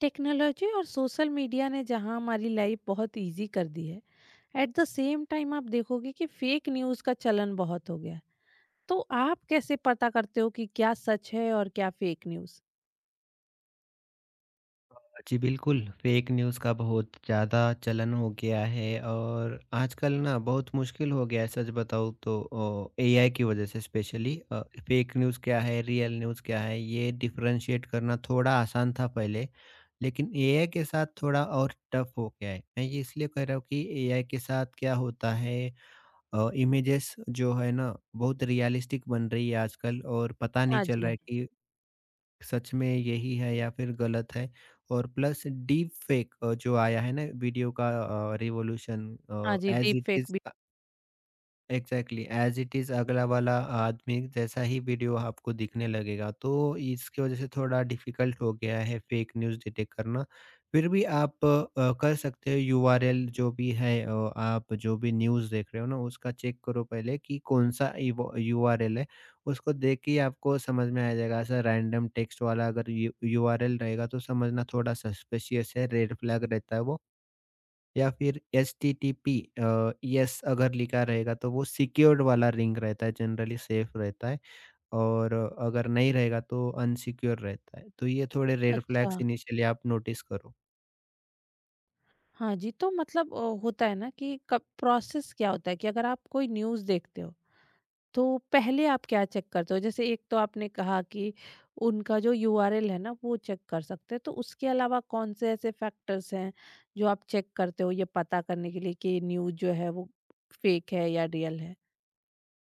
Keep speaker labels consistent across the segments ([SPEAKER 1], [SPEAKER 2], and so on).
[SPEAKER 1] Technology और social media ने जहां हमारी लाइफ बहुत इजी कर दी है, एट द सेम टाइम आप देखोगे कि फेक न्यूज का चलन बहुत हो गया है। तो आप कैसे पता करते हो कि क्या सच है और क्या फेक न्यूज।
[SPEAKER 2] जी बिल्कुल, फेक न्यूज़ का बहुत ज़्यादा चलन हो गया है और आजकल ना बहुत मुश्किल हो गया है सच बताऊँ तो एआई की वज़ह से स्पेशली, फेक न्यूज़ क्या है, रियल न्यूज़ क्या है ये डिफ़रेंशिएट करना थोड़ा आसान था पहले। लेकिन एआई के साथ थोड़ा और टफ़ हो गया है। मैं ये इसलिए कह रहा हूँ कि एआई के साथ क्या होता है, इमेजेस जो है ना बहुत रियलिस्टिक बन रही है आजकल और पता नहीं
[SPEAKER 1] हाँ
[SPEAKER 2] चल रहा
[SPEAKER 1] जी।
[SPEAKER 2] है कि सच में यही है या फिर गलत है। और प्लस डीप फेक जो आया है ना वीडियो का रिवॉल्यूशन
[SPEAKER 1] हाँ जी।
[SPEAKER 2] As
[SPEAKER 1] deep
[SPEAKER 2] it
[SPEAKER 1] fake
[SPEAKER 2] is,
[SPEAKER 1] भी।
[SPEAKER 2] एग्ज़ैक्टली ऐज़ इट इज़ अगला वाला आदमी जैसा ही वीडियो आपको दिखने लगेगा, तो इसकी वज़ह से थोड़ा डिफ़िकल्ट हो गया है फ़ेक न्यूज़ डिटेक्ट करना। फिर भी आप कर सकते हो यूआरएल जो भी है, आप जो भी न्यूज़ देख रहे हो ना, उसका चेक करो पहले कि कौन-सा इव यूआरएल है, उसको देख के ही आपको समझ में आ जाएगा। ऐसा रैंडम टेक्स्ट वाला अगर यू यूआरएल रहेगा तो समझना थोड़ा सस्पिशियस है, रेड फ्लैग रहता है वो। या फिर एचटीटीपी येस अगर लिखा रहेगा तो वो सिक्योर्ड वाला रिंग रहता है, जनरली सेफ रहता है, और अगर नहीं रहेगा तो अनसिक्योर रहता है। तो ये थोड़े रेड
[SPEAKER 1] अच्छा।
[SPEAKER 2] फ्लैग्स इनिशियली आप नोटिस करो।
[SPEAKER 1] हाँ जी। तो मतलब होता है ना कि कब प्रोसेस क्या होता है कि अगर आप कोई न्यूज देखते हो तो पहले आप क्या चेक करते हो? जैसे एक तो आपने कहा कि उनका जो यूआरएल है ना वो चेक कर सकते हैं, तो उसके अलावा कौन से ऐसे फैक्टर्स हैं जो आप चेक करते हो ये पता करने के लिए कि न्यूज़ जो है वो फेक है या रियल है?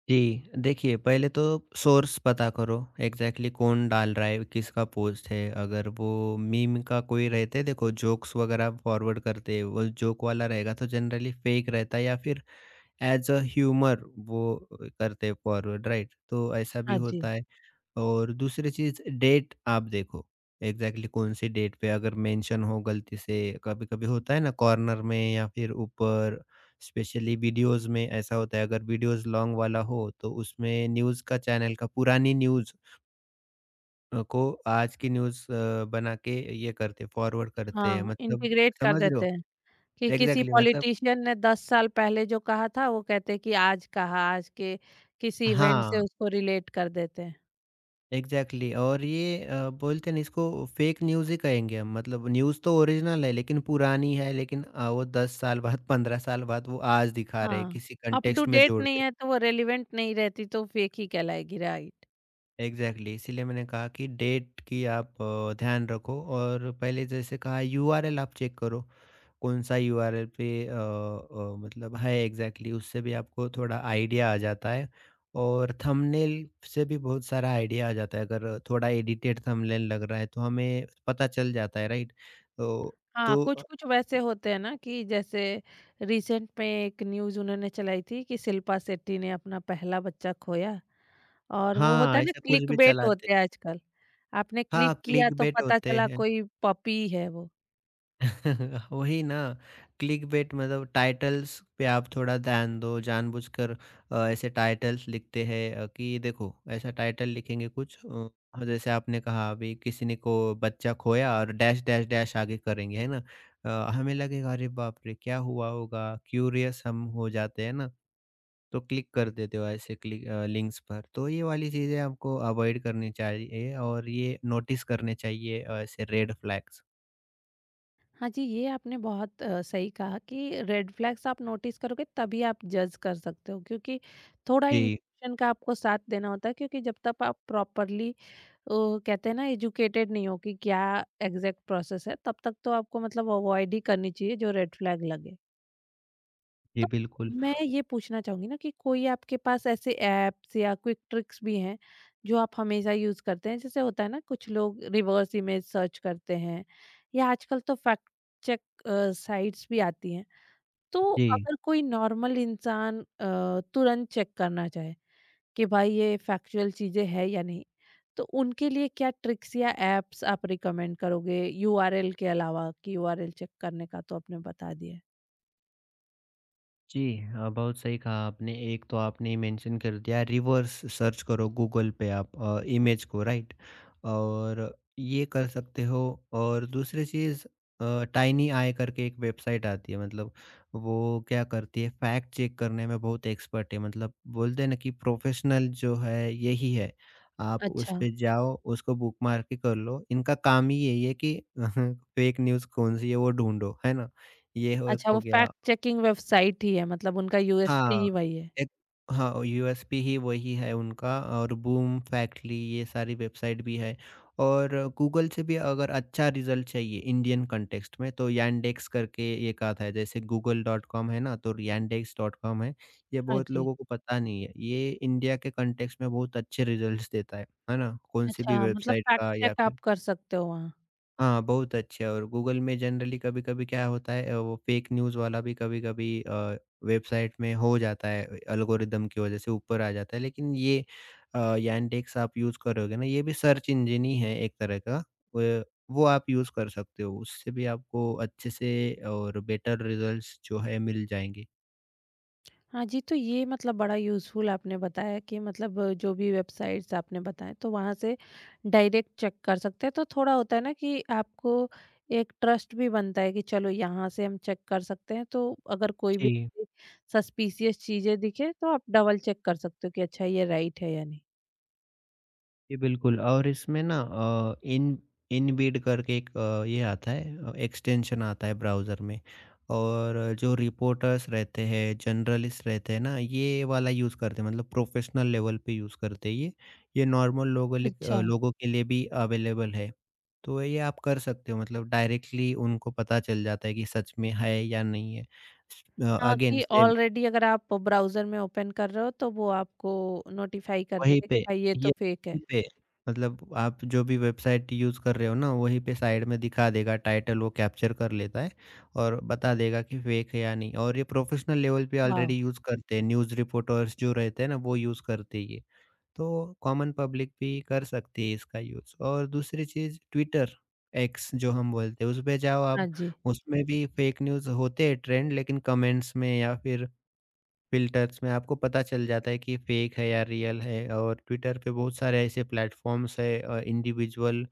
[SPEAKER 2] जी, देखिए पहले तो सोर्स पता करो, एग्ज़ैक्टली कौन डाल रहा है, किसका पोस्ट है। अगर वो मीम का कोई रहते हैं देखो, जोक्स वगैरह फॉरवर्ड करते हैं, वो जोक वाला रहेगा तो जनरली फेक रहता है या फिर ऐज़ अ ह्यूमर वो करते हैं फॉरवर्ड, राइट? तो ऐसा भी
[SPEAKER 1] हाँ जी।
[SPEAKER 2] होता है। और दूसरी चीज़ डेट आप देखो, एग्ज़ैक्टली कौन सी डेट पे अगर मेंशन हो गलती से, कभी-कभी होता है ना कॉर्नर में या फिर ऊपर, स्पेशली वीडियोज़ में ऐसा होता है। अगर वीडियोज़ लॉन्ग वाला हो तो उसमें न्यूज़ का चैनल का पुरानी न्यूज़ को आज की न्यूज़ बना के ये करते फॉरवर्ड करते हैं,
[SPEAKER 1] हाँ,
[SPEAKER 2] मतलब
[SPEAKER 1] इंटीग्रेट कर
[SPEAKER 2] समझ रहे
[SPEAKER 1] देते
[SPEAKER 2] हो?
[SPEAKER 1] हैं कि किसी
[SPEAKER 2] एग्ज़ैक्टली मतलब
[SPEAKER 1] पॉलिटिशियन ने 10 साल पहले जो कहा था वो कहते हैं कि आज कहा, आज के किसी इवेंट से
[SPEAKER 2] हाँ।
[SPEAKER 1] उसको रिलेट कर देते हैं।
[SPEAKER 2] Exactly exactly. और ये बोलते हैं ना, इसको फेक न्यूज़ ही कहेंगे हम, मतलब न्यूज़ तो ओरिजिनल है लेकिन पुरानी है, लेकिन वो 10 साल बाद 15 साल बाद वो आज दिखा रहे हैं
[SPEAKER 1] हाँ,
[SPEAKER 2] किसी
[SPEAKER 1] अप टू
[SPEAKER 2] कंटेक्स्ट में
[SPEAKER 1] डेट
[SPEAKER 2] जोड़
[SPEAKER 1] नहीं
[SPEAKER 2] के।
[SPEAKER 1] है तो वो रेलेवेंट नहीं रहती तो फेक ही कहलाएगी, राइट।
[SPEAKER 2] Exactly exactly. इसीलिए मैंने कहा कि डेट की आप ध्यान रखो और पहले जैसे कहा यूआरएल आप चेक करो, कौन-सा यूआरएल पे मतलब है एग्ज़ैक्टली, उससे भी आपको थोड़ा आइडिया आ जाता है और थंबनेल से भी बहुत सारा आइडिया आ जाता है। अगर थोड़ा एडिटेड थंबनेल लग रहा है तो हमें पता चल जाता है, राइट? तो
[SPEAKER 1] हाँ,
[SPEAKER 2] तो अ,
[SPEAKER 1] कुछ-कुछ वैसे होते हैं ना कि जैसे रिसेंट में एक न्यूज़ उन्होंने चलाई थी कि शिल्पा शेट्टी ने अपना पहला बच्चा खोया और वो होता
[SPEAKER 2] हाँ,
[SPEAKER 1] है ना
[SPEAKER 2] ऐसा कुछ भी
[SPEAKER 1] क्लिकबेट
[SPEAKER 2] चलाते
[SPEAKER 1] होते हैं आजकल। आपने
[SPEAKER 2] हाँ,
[SPEAKER 1] क्लिक किया तो
[SPEAKER 2] क्लिकबेट
[SPEAKER 1] पता
[SPEAKER 2] होते
[SPEAKER 1] चला
[SPEAKER 2] हैं।
[SPEAKER 1] कोई पपी है वो।
[SPEAKER 2] वही ना, क्लिकबेट मतलब टाइटल्स पे आप थोड़ा ध्यान दो जानबूझकर। ऐसे टाइटल्स लिखते हैं कि देखो ऐसा टाइटल लिखेंगे कुछ, जैसे आपने कहा अभी किसी ने को बच्चा खोया और डैश डैश डैश आगे करेंगे है ना। हमें लगेगा अरे बाप रे क्या हुआ होगा, क्यूरियस हम हो जाते हैं ना, तो क्लिक कर देते हो ऐसे क्लिक लिंक्स पर। तो ये वाली चीज़ें आपको अवॉइड करनी चाहिए और ये नोटिस करने चाहिए, ऐसे रेड फ्लैग्स।
[SPEAKER 1] हाँ जी, ये आपने बहुत सही कहा कि रेड फ्लैग्स आप नोटिस करोगे तभी आप जज कर सकते हो क्योंकि थोड़ा
[SPEAKER 2] जी।
[SPEAKER 1] इंट्यूशन का आपको साथ देना होता है क्योंकि जब तक आप प्रॉपरली तो कहते हैं ना एजुकेटेड नहीं हो कि क्या एग्जैक्ट प्रोसेस है तब तक तो आपको मतलब अवॉइड ही करनी चाहिए जो रेड फ्लैग लगे।
[SPEAKER 2] जी
[SPEAKER 1] तो
[SPEAKER 2] बिल्कुल।
[SPEAKER 1] मैं ये पूछना चाहूंगी ना कि कोई आपके पास ऐसे एप्स या क्विक ट्रिक्स भी हैं जो आप हमेशा यूज करते हैं जैसे होता है ना कुछ लोग रिवर्स इमेज सर्च करते हैं या आजकल तो फैक्ट चेक साइट्स भी आती हैं। तो
[SPEAKER 2] जी।
[SPEAKER 1] अगर कोई नॉर्मल इंसान तुरंत चेक करना चाहे कि भाई ये फैक्चुअल चीज़ें हैं या नहीं। तो उनके लिए क्या ट्रिक्स या ऐप्स आप रिकमेंड करोगे यूआरएल के अलावा कि यूआरएल चेक करने का तो आपने बता दिया है।
[SPEAKER 2] जी। बहुत सही कहा आपने। एक तो आपने मेंशन कर दिया रिवर्स सर्च करो गूगल पे आप इमेज को, राइट? और ये कर सकते हो। और दूसरी चीज़ टाइनी आई करके एक वेबसाइट आती है, मतलब वो क्या करती है फैक्ट चेक करने में बहुत एक्सपर्ट है, मतलब बोलते हैं ना कि प्रोफेशनल जो है यही है। आप उस
[SPEAKER 1] अच्छा।
[SPEAKER 2] पे जाओ उसको बुकमार्क ही कर लो। इनका काम ही यही है कि फेक न्यूज़ कौन-सी है वो ढूँढो, है ना? ये हो एक
[SPEAKER 1] अच्छा, वो
[SPEAKER 2] हो
[SPEAKER 1] फैक्ट
[SPEAKER 2] गया।
[SPEAKER 1] चेकिंग वेबसाइट ही है मतलब उनका यूएसपी
[SPEAKER 2] हाँ,
[SPEAKER 1] ही वही है।
[SPEAKER 2] एक। हाँ, यूएसपी ही वही है उनका और बूम, फैक्टली ये सारी वेबसाइट भी है। और गूगल से भी अगर अच्छा रिज़ल्ट चाहिए इंडियन कॉन्टेक्स्ट में तो यैंडेक्स करके एक आता है, जैसे गूगल डॉट कॉम है ना, तो यैंडेक्स डॉट कॉम है, ये
[SPEAKER 1] हाँ
[SPEAKER 2] बहुत
[SPEAKER 1] जी।
[SPEAKER 2] लोगों को पता नहीं है। ये इंडिया के कॉन्टेक्स्ट में बहुत अच्छे रिज़ल्ट्स देता है ना? कौन-सी भी
[SPEAKER 1] अच्छा, मतलब
[SPEAKER 2] वेबसाइट
[SPEAKER 1] फैक्ट
[SPEAKER 2] का या
[SPEAKER 1] चेक
[SPEAKER 2] फिर
[SPEAKER 1] आप कर सकते हो वहाँ।
[SPEAKER 2] हाँ, बहुत अच्छे। और गूगल में जनरली कभी-कभी क्या होता है वो फ़ेक न्यूज़ वाला भी कभी-कभी वेबसाइट में हो जाता है, एल्गोरिदम की वज़ह से ऊपर आ जाता है। लेकिन ये यानडेक्स आप यूज़ करोगे ना, ये भी सर्च इंजन ही है एक तरह का। व वो आप यूज़ कर सकते हो, उससे भी आपको अच्छे से और बेटर रिज़ल्ट्स जो है मिल जाएँगे।
[SPEAKER 1] हाँ जी, तो ये मतलब बड़ा यूज़फुल आपने बताया कि मतलब जो भी वेबसाइट्स आपने बताएँ तो वहाँ से डायरेक्ट चेक कर सकते हैं। तो थोड़ा होता है ना कि आपको एक ट्रस्ट भी बनता है कि चलो यहाँ से हम चेक कर सकते हैं, तो अगर कोई भी
[SPEAKER 2] जी।
[SPEAKER 1] सस्पिशियस चीज़ें दिखे तो आप डबल चेक कर सकते हो कि अच्छा ये राइट है या नहीं।
[SPEAKER 2] जी, बिल्कुल। और इसमें ना अ, इन इनबिल्ट करके एक ये आता है, एक्सटेंशन आता है ब्राउज़र में, और जो रिपोर्टर्स रहते हैं, जर्नलिस्ट रहते हैं ना, ये वाला यूज़ करते हैं, मतलब प्रोफ़ेशनल लेवल पे यूज़ करते हैं ये। ये नॉर्मल
[SPEAKER 1] अच्छा।
[SPEAKER 2] लोगों के लिए भी अवेलेबल है। तो ये आप कर सकते हो, मतलब डायरेक्टली उनको पता चल जाता है कि सच में है या नहीं है। अ,
[SPEAKER 1] हाँ,
[SPEAKER 2] अगेन
[SPEAKER 1] कि
[SPEAKER 2] सेम
[SPEAKER 1] ऑलरेडी अगर आप ब्राउज़र में ओपन कर रहे हो तो वो आपको नोटिफ़ाई कर
[SPEAKER 2] वहीं
[SPEAKER 1] देगा कि
[SPEAKER 2] पे
[SPEAKER 1] भाई ये तो फेक है।
[SPEAKER 2] वहीं पे मतलब आप जो भी वेबसाइट यूज़ कर रहे हो ना, वहीं पे साइड में दिखा देगा, टाइटल वो कैप्चर कर लेता है और बता देगा कि फेक है या नहीं। और ये प्रोफेशनल लेवल पे
[SPEAKER 1] वाह!
[SPEAKER 2] ऑलरेडी यूज़ करते हैं, न्यूज़ रिपोर्टर्स जो रहते हैं ना, वो यूज़ करते हैं ये। तो कॉमन पब्लिक भी कर सकती है इसका यूज़। और दूसरी चीज़ ट्विटर, एक्स जो हम बोलते हैं, उसपे जाओ
[SPEAKER 1] हाँ
[SPEAKER 2] आप,
[SPEAKER 1] जी।
[SPEAKER 2] उसमें भी फेक न्यूज़ होते हैं ट्रेंड, लेकिन कमेंट्स में या फिर फ़िल्टर्स में आपको पता चल जाता है कि फ़ेक है या रियल है। और ट्विटर पे बहुत सारे ऐसे प्लेटफ़ॉर्म्स है, इंडिविजुअल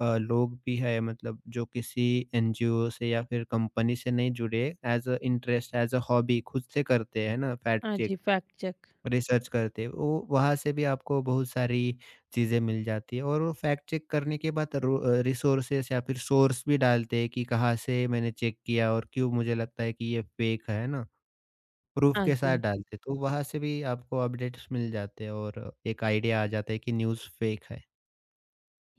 [SPEAKER 2] लोग भी है, मतलब जो किसी एनजीओ से या फिर कंपनी से नहीं जुड़े, as a interest, as a hobby खुद से करते हैं ना फ़ैक्ट
[SPEAKER 1] हाँ जी,
[SPEAKER 2] चेक,
[SPEAKER 1] फैक्ट चेक।
[SPEAKER 2] रिसर्च करते हैं। वो वहाँ से भी आपको बहुत सारी चीज़ें मिल जाती है और वो फ़ैक्ट चेक करने के बाद रिसोर्सेस या फिर सोर्स भी डालते हैं कि कहाँ से मैंने चेक किया और क्यों मुझे लगता है कि ये फ़ेक है ना? प्रूफ़
[SPEAKER 1] हाँ
[SPEAKER 2] के साथ
[SPEAKER 1] जी।
[SPEAKER 2] डालते, तो वहाँ से भी आपको अपडेट्स मिल जाते हैं और एक आइडिया आ जाता है कि न्यूज़ फ़ेक है।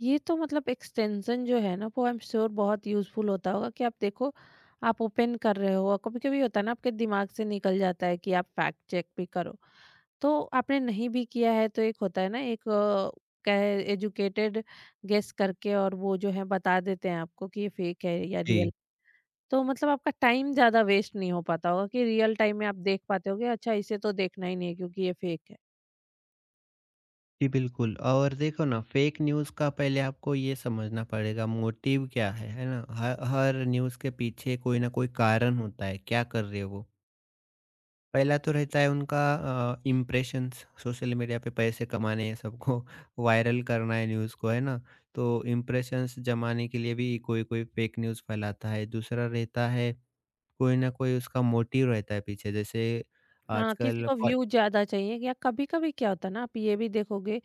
[SPEAKER 1] ये तो मतलब एक्सटेंशन जो है ना वो आई एम श्योर बहुत यूज़फुल होता होगा कि आप देखो आप ओपन कर रहे हो और कभी कभी होता है ना आपके दिमाग से निकल जाता है कि आप फैक्ट चेक भी करो तो आपने नहीं भी किया है तो एक होता है ना एक क्या है एजुकेटेड गेस करके और वो जो है बता देते हैं आपको कि ये फेक है या रियल।
[SPEAKER 2] जी।
[SPEAKER 1] तो मतलब आपका टाइम ज़्यादा वेस्ट नहीं हो पाता होगा कि रियल टाइम में आप देख पाते होगे अच्छा इसे तो देखना ही नहीं है क्योंकि ये फेक है।
[SPEAKER 2] जी, बिल्कुल। और देखो ना, फ़ेक न्यूज़ का पहले आपको ये समझना पड़ेगा मोटिव क्या है ना? ह हर न्यूज़ के पीछे कोई ना कोई कारण होता है, क्या कर रहे हैं वो? पहला तो रहता है उनका इम्प्रेशंस, सोशल मीडिया पे पैसे कमाने हैं सबको, वायरल करना है न्यूज़ को, है ना? तो इम्प्रेशंस जमाने के लिए भी कोई-कोई फ़ेक न्यूज़ फैलाता है। दूसरा रहता है कोई ना कोई उसका मोटिव रहता है पीछे, जैसे
[SPEAKER 1] हाँ, किसी
[SPEAKER 2] आजकल
[SPEAKER 1] को
[SPEAKER 2] प
[SPEAKER 1] व्यू ज्यादा चाहिए या कभी कभी क्या होता है ना आप ये भी देखोगे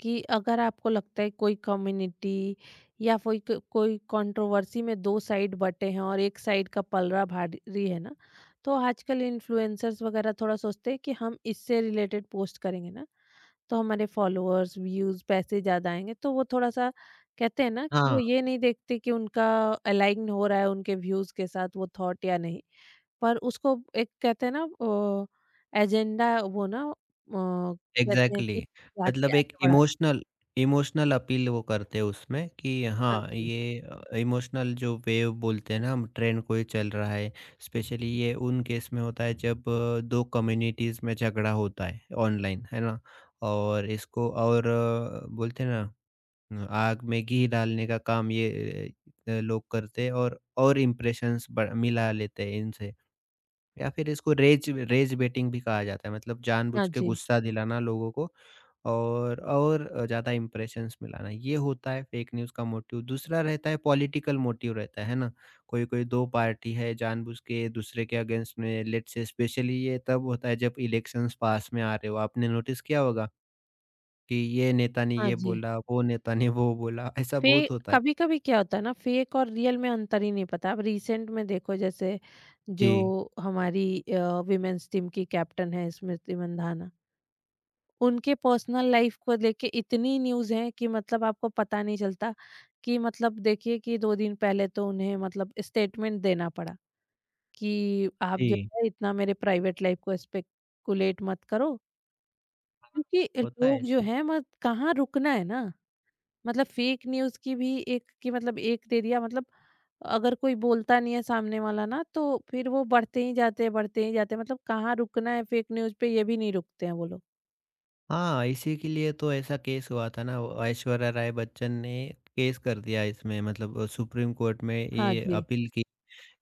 [SPEAKER 1] कि अगर आपको लगता है कोई कम्युनिटी या कोई कोई कंट्रोवर्सी में दो साइड बटे हैं और एक साइड का पलड़ा भारी है ना, तो आजकल इन्फ्लुएंसर्स वगैरह थोड़ा सोचते हैं कि हम इससे रिलेटेड पोस्ट करेंगे ना तो हमारे फॉलोअर्स व्यूज पैसे ज़्यादा आएंगे तो वो थोड़ा सा कहते हैं ना कि वो
[SPEAKER 2] हाँ,
[SPEAKER 1] ये नहीं देखते कि उनका अलाइन हो रहा है उनके व्यूज के साथ वो थॉट या नहीं, पर उसको एक कहते हैं ना एजेंडा, वो ना कहते हैं कि
[SPEAKER 2] एग्ज़ैक्टली। मतलब
[SPEAKER 1] जाके
[SPEAKER 2] एक
[SPEAKER 1] आगे बढ़ा।
[SPEAKER 2] इमोशनल इमोशनल अपील वो करते हैं उसमें कि
[SPEAKER 1] हाँ
[SPEAKER 2] हाँ,
[SPEAKER 1] जी।
[SPEAKER 2] ये, इमोशनल जो वेव बोलते हैं ना हम, ट्रेंड कोई चल रहा है, स्पेशली ये उन केस में होता है जब 2 कम्युनिटीज़ में झगड़ा होता है ऑनलाइन, है ना? और इसको और बोलते हैं ना आग में घी डालने का काम ये लोग करते हैं और इम्प्रेशंस ब मिला लेते हैं इनसे। या फिर इसको रेज रेज बेटिंग भी कहा जाता है, मतलब
[SPEAKER 1] हाँ
[SPEAKER 2] जानबूझ के
[SPEAKER 1] जी,
[SPEAKER 2] गुस्सा दिलाना लोगों को और ज़्यादा इम्प्रेशंस मिलाना, ये होता है फेक न्यूज़ का मोटिव। दूसरा रहता है पॉलिटिकल मोटिव रहता है ना? कोई-कोई 2 पार्टी है जानबूझ के दूसरे के अगेंस्ट में, लेट्स से स्पेशली ये तब होता है जब इलेक्शंस पास में आ रहे हो। आपने नोटिस किया होगा कि ये नेता ने
[SPEAKER 1] हाँ
[SPEAKER 2] ये
[SPEAKER 1] जी।
[SPEAKER 2] बोला, वो नेता ने वो बोला, ऐसा
[SPEAKER 1] फे
[SPEAKER 2] बहुत होता है।
[SPEAKER 1] कभी-कभी क्या होता है ना फेक और रियल में अंतर ही नहीं पता। अब रिसेंट में देखो जैसे जो
[SPEAKER 2] जी।
[SPEAKER 1] हमारी वुमेन्स टीम की कैप्टन है स्मृति मंधाना, उनके पर्सनल लाइफ़ को लेके इतनी न्यूज़ हैं कि मतलब आपको पता नहीं चलता कि मतलब देखिए कि 2 दिन पहले तो उन्हें मतलब स्टेटमेंट देना पड़ा कि आप जो
[SPEAKER 2] जी,
[SPEAKER 1] है इतना मेरे प्राइवेट लाइफ़ को स्पेकुलेट मत करो। क्योंकि
[SPEAKER 2] होता है
[SPEAKER 1] लोग जो
[SPEAKER 2] ऐसे।
[SPEAKER 1] हैं मत कहाँ रुकना है ना। मतलब फेक न्यूज़ की भी एक की मतलब एक दे दिया मतलब अगर कोई बोलता नहीं है सामने वाला ना तो फिर वो बढ़ते ही जाते हैं बढ़ते ही जाते हैं मतलब कहाँ रुकना है फेक न्यूज़ पे ये भी नहीं रुकते हैं वो लोग।
[SPEAKER 2] हाँ, इसी के लिए तो ऐसा केस हुआ था ना, वो ऐश्वर्या राय बच्चन ने केस कर दिया इसमें, मतलब सुप्रीम कोर्ट में
[SPEAKER 1] हाँ
[SPEAKER 2] ये
[SPEAKER 1] जी।
[SPEAKER 2] अपील की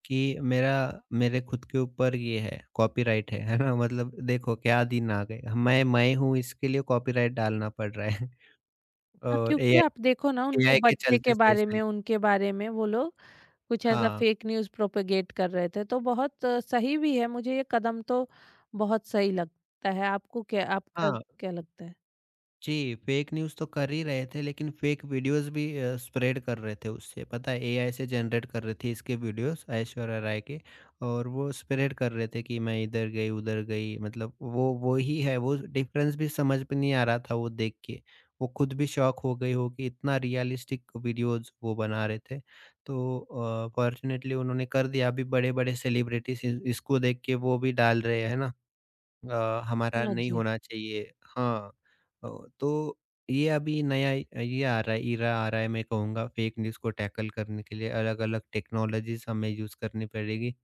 [SPEAKER 2] कि मेरा मेरे खुद के ऊपर ये है, कॉपीराइट है ना? मतलब देखो क्या दिन आ गए। मैं हूँ इसके लिए कॉपीराइट डालना पड़ रहा है।
[SPEAKER 1] हाँ,
[SPEAKER 2] और
[SPEAKER 1] क्योंकि
[SPEAKER 2] एआई,
[SPEAKER 1] आप देखो ना उनके
[SPEAKER 2] एआई के
[SPEAKER 1] बच्चे के
[SPEAKER 2] चलते
[SPEAKER 1] बारे
[SPEAKER 2] स्पेशली।
[SPEAKER 1] में, उनके बारे में वो लोग कुछ ऐसा
[SPEAKER 2] हाँ,
[SPEAKER 1] फेक न्यूज़ प्रोपेगेट कर रहे थे। तो बहुत सही भी है मुझे ये कदम तो बहुत सही लगता है। आपको क्या आपका
[SPEAKER 2] हाँ।
[SPEAKER 1] क्या लगता है?
[SPEAKER 2] जी, फेक न्यूज़ तो कर ही रहे थे, लेकिन फेक वीडियोज़ भी स्प्रेड कर रहे थे उससे। पता है एआई से जनरेट कर रही थी इसके वीडियोज़, ऐश्वर्या राय के, और वो स्प्रेड कर रहे थे कि मैं इधर गई, उधर गई, मतलब वो ही है, वो डिफ़रेंस भी समझ में नहीं आ रहा था वो देख के। वो खुद भी शॉक हो गई होगी, इतना रियलिस्टिक वीडियोज़ वो बना रहे थे। तो फ़ॉर्च्युनेटली उन्होंने कर दिया अभी, बड़े-बड़े सेलिब्रिटीज़ इ इसको देख के वो भी डाल रहे हैं ना। हमारा
[SPEAKER 1] हाँ
[SPEAKER 2] नहीं
[SPEAKER 1] जी।
[SPEAKER 2] होना चाहिए। हाँ, अ, तो ये अभी नया ये आ रहा है, इरा आ रहा है, मैं कहूँगा फेक न्यूज़ को टैकल करने के लिए अलग-अलग टेक्नोलॉजीज़ हमें यूज़ करनी पड़ेगी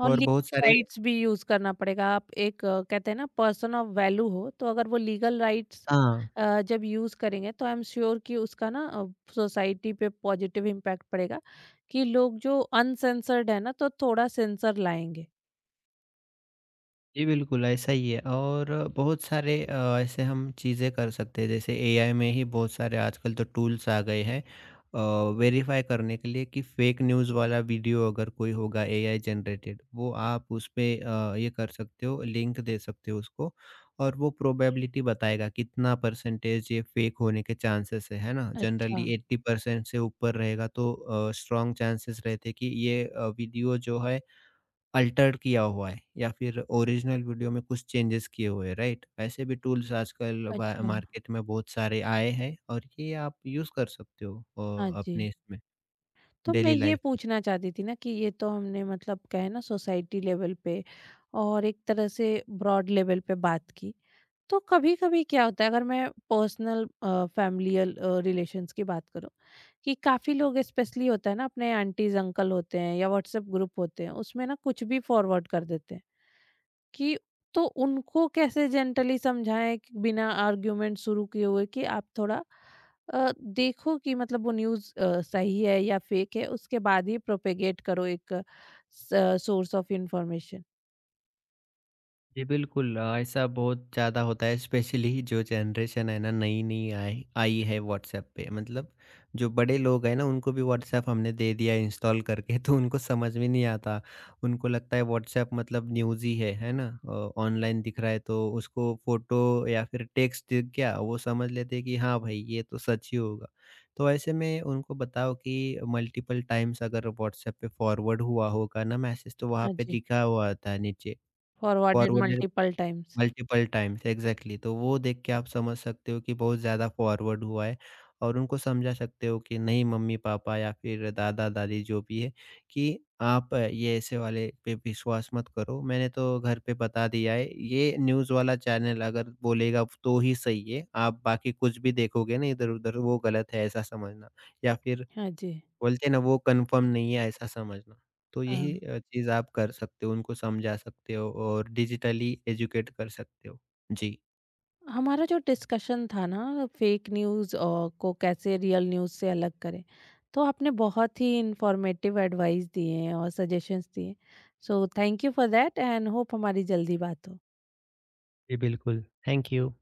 [SPEAKER 1] और
[SPEAKER 2] और बहुत
[SPEAKER 1] लीगल
[SPEAKER 2] सारे।
[SPEAKER 1] राइट्स भी यूज़ करना पड़ेगा। आप एक कहते हैं ना पर्सन ऑफ वैल्यू हो, तो अगर वो लीगल राइट्स
[SPEAKER 2] हाँ।
[SPEAKER 1] जब यूज़ करेंगे तो आई एम श्योर कि उसका ना सोसाइटी पे पॉजिटिव इम्पैक्ट पड़ेगा कि लोग जो अनसेंसर्ड है ना, तो थोड़ा सेंसर लाएँगे।
[SPEAKER 2] जी, बिल्कुल ऐसा ही है। और बहुत सारे ऐसे हम चीज़ें कर सकते हैं, जैसे एआई में ही बहुत सारे आजकल तो टूल्स आ गए हैं वेरीफाई करने के लिए कि फेक न्यूज़ वाला वीडियो अगर कोई होगा एआई जनरेटेड, वो आप उस पे ये कर सकते हो, लिंक दे सकते हो उसको, और वो प्रोबेबिलिटी बताएगा कितना परसेंटेज ये फेक होने के चांसेस है ना। जनरली
[SPEAKER 1] अच्छा,
[SPEAKER 2] 80% से ऊपर रहेगा तो स्ट्रॉन्ग चांसेस रहते कि ये वीडियो जो है अल्टर्ड किया हुआ है या फिर ओरिजिनल वीडियो में कुछ चेंजेस किए हुए हैं, राइट? ऐसे भी टूल्स आजकल बा
[SPEAKER 1] अच्छा।
[SPEAKER 2] मार्केट में बहुत सारे आए हैं और ये आप यूज़ कर सकते हो
[SPEAKER 1] हाँ जी।
[SPEAKER 2] अपने इसमें
[SPEAKER 1] तो मैं
[SPEAKER 2] डेली
[SPEAKER 1] ये
[SPEAKER 2] लाइफ।
[SPEAKER 1] पूछना चाहती थी ना कि ये तो हमने मतलब क्या है ना सोसाइटी लेवल पे और एक तरह से ब्रॉड लेवल पे बात की। तो कभी-कभी क्या होता है अगर मैं पर्सनल फ़ैमिलियल रिलेशंस की बात करूँ, कि काफ़ी लोग स्पेशली होता है ना अपने आंटीज़ अंकल होते हैं या व्हाट्सएप ग्रुप होते हैं, उसमें ना कुछ भी फॉरवर्ड कर देते हैं कि तो उनको कैसे जेंटली समझाएँ कि बिना आर्गुमेंट शुरू किए हुए कि आप थोड़ा देखो कि मतलब वो न्यूज़ सही है या फेक है, उसके बाद ही प्रोपेगेट करो एक स सोर्स ऑफ इन्फॉर्मेशन।
[SPEAKER 2] जी बिल्कुल। ऐसा बहुत ज़्यादा होता है, स्पेशली जो जनरेशन है ना नई नई आई आई है व्हाट्सएप पे, मतलब जो बड़े लोग हैं ना उनको भी व्हाट्सएप हमने दे दिया इंस्टॉल करके तो उनको समझ में नहीं आता, उनको लगता है व्हाट्सएप मतलब न्यूज़ ही है ना। ऑनलाइन दिख रहा है तो उसको फोटो या फिर टेक्स्ट दिख गया, वो समझ लेते हैं कि हाँ भाई ये तो सच ही होगा। तो ऐसे में उनको बताओ कि मल्टीपल टाइम्स अगर व्हाट्सएप पे फॉरवर्ड हुआ होगा ना मैसेज, तो वहाँ
[SPEAKER 1] हाँ
[SPEAKER 2] पे
[SPEAKER 1] जी,
[SPEAKER 2] लिखा हुआ आता है नीचे
[SPEAKER 1] forwarded
[SPEAKER 2] forwarded
[SPEAKER 1] multiple times.
[SPEAKER 2] Multiple times, exactly. तो वो देख के आप समझ सकते हो कि बहुत ज़्यादा फॉरवर्ड हुआ है, और उनको समझा सकते हो कि नहीं मम्मी-पापा या फिर दादा-दादी जो भी है, कि आप ये ऐसे वाले पे विश्वास मत करो, मैंने तो घर पे बता दिया है, ये न्यूज़ वाला चैनल अगर बोलेगा तो ही सही है, आप बाकी कुछ भी देखोगे ना इधर-उधर वो गलत है ऐसा समझना। या फिर
[SPEAKER 1] हाँ जी।
[SPEAKER 2] बोलते हैं ना वो कंफर्म नहीं है ऐसा समझना। तो
[SPEAKER 1] हाँ।
[SPEAKER 2] यही चीज़ आप कर सकते हो, उनको समझा सकते हो और डिजिटली एजुकेट कर सकते हो। जी।
[SPEAKER 1] हमारा जो डिस्कशन था ना फेक न्यूज़ और को कैसे रियल न्यूज़ से अलग करें, तो आपने बहुत ही इन्फॉर्मेटिव एडवाइस दिए हैं और सजेशंस दिए, so thank you for that and hope हमारी जल्दी बात हो।
[SPEAKER 2] जी, बिल्कुल। Thank you.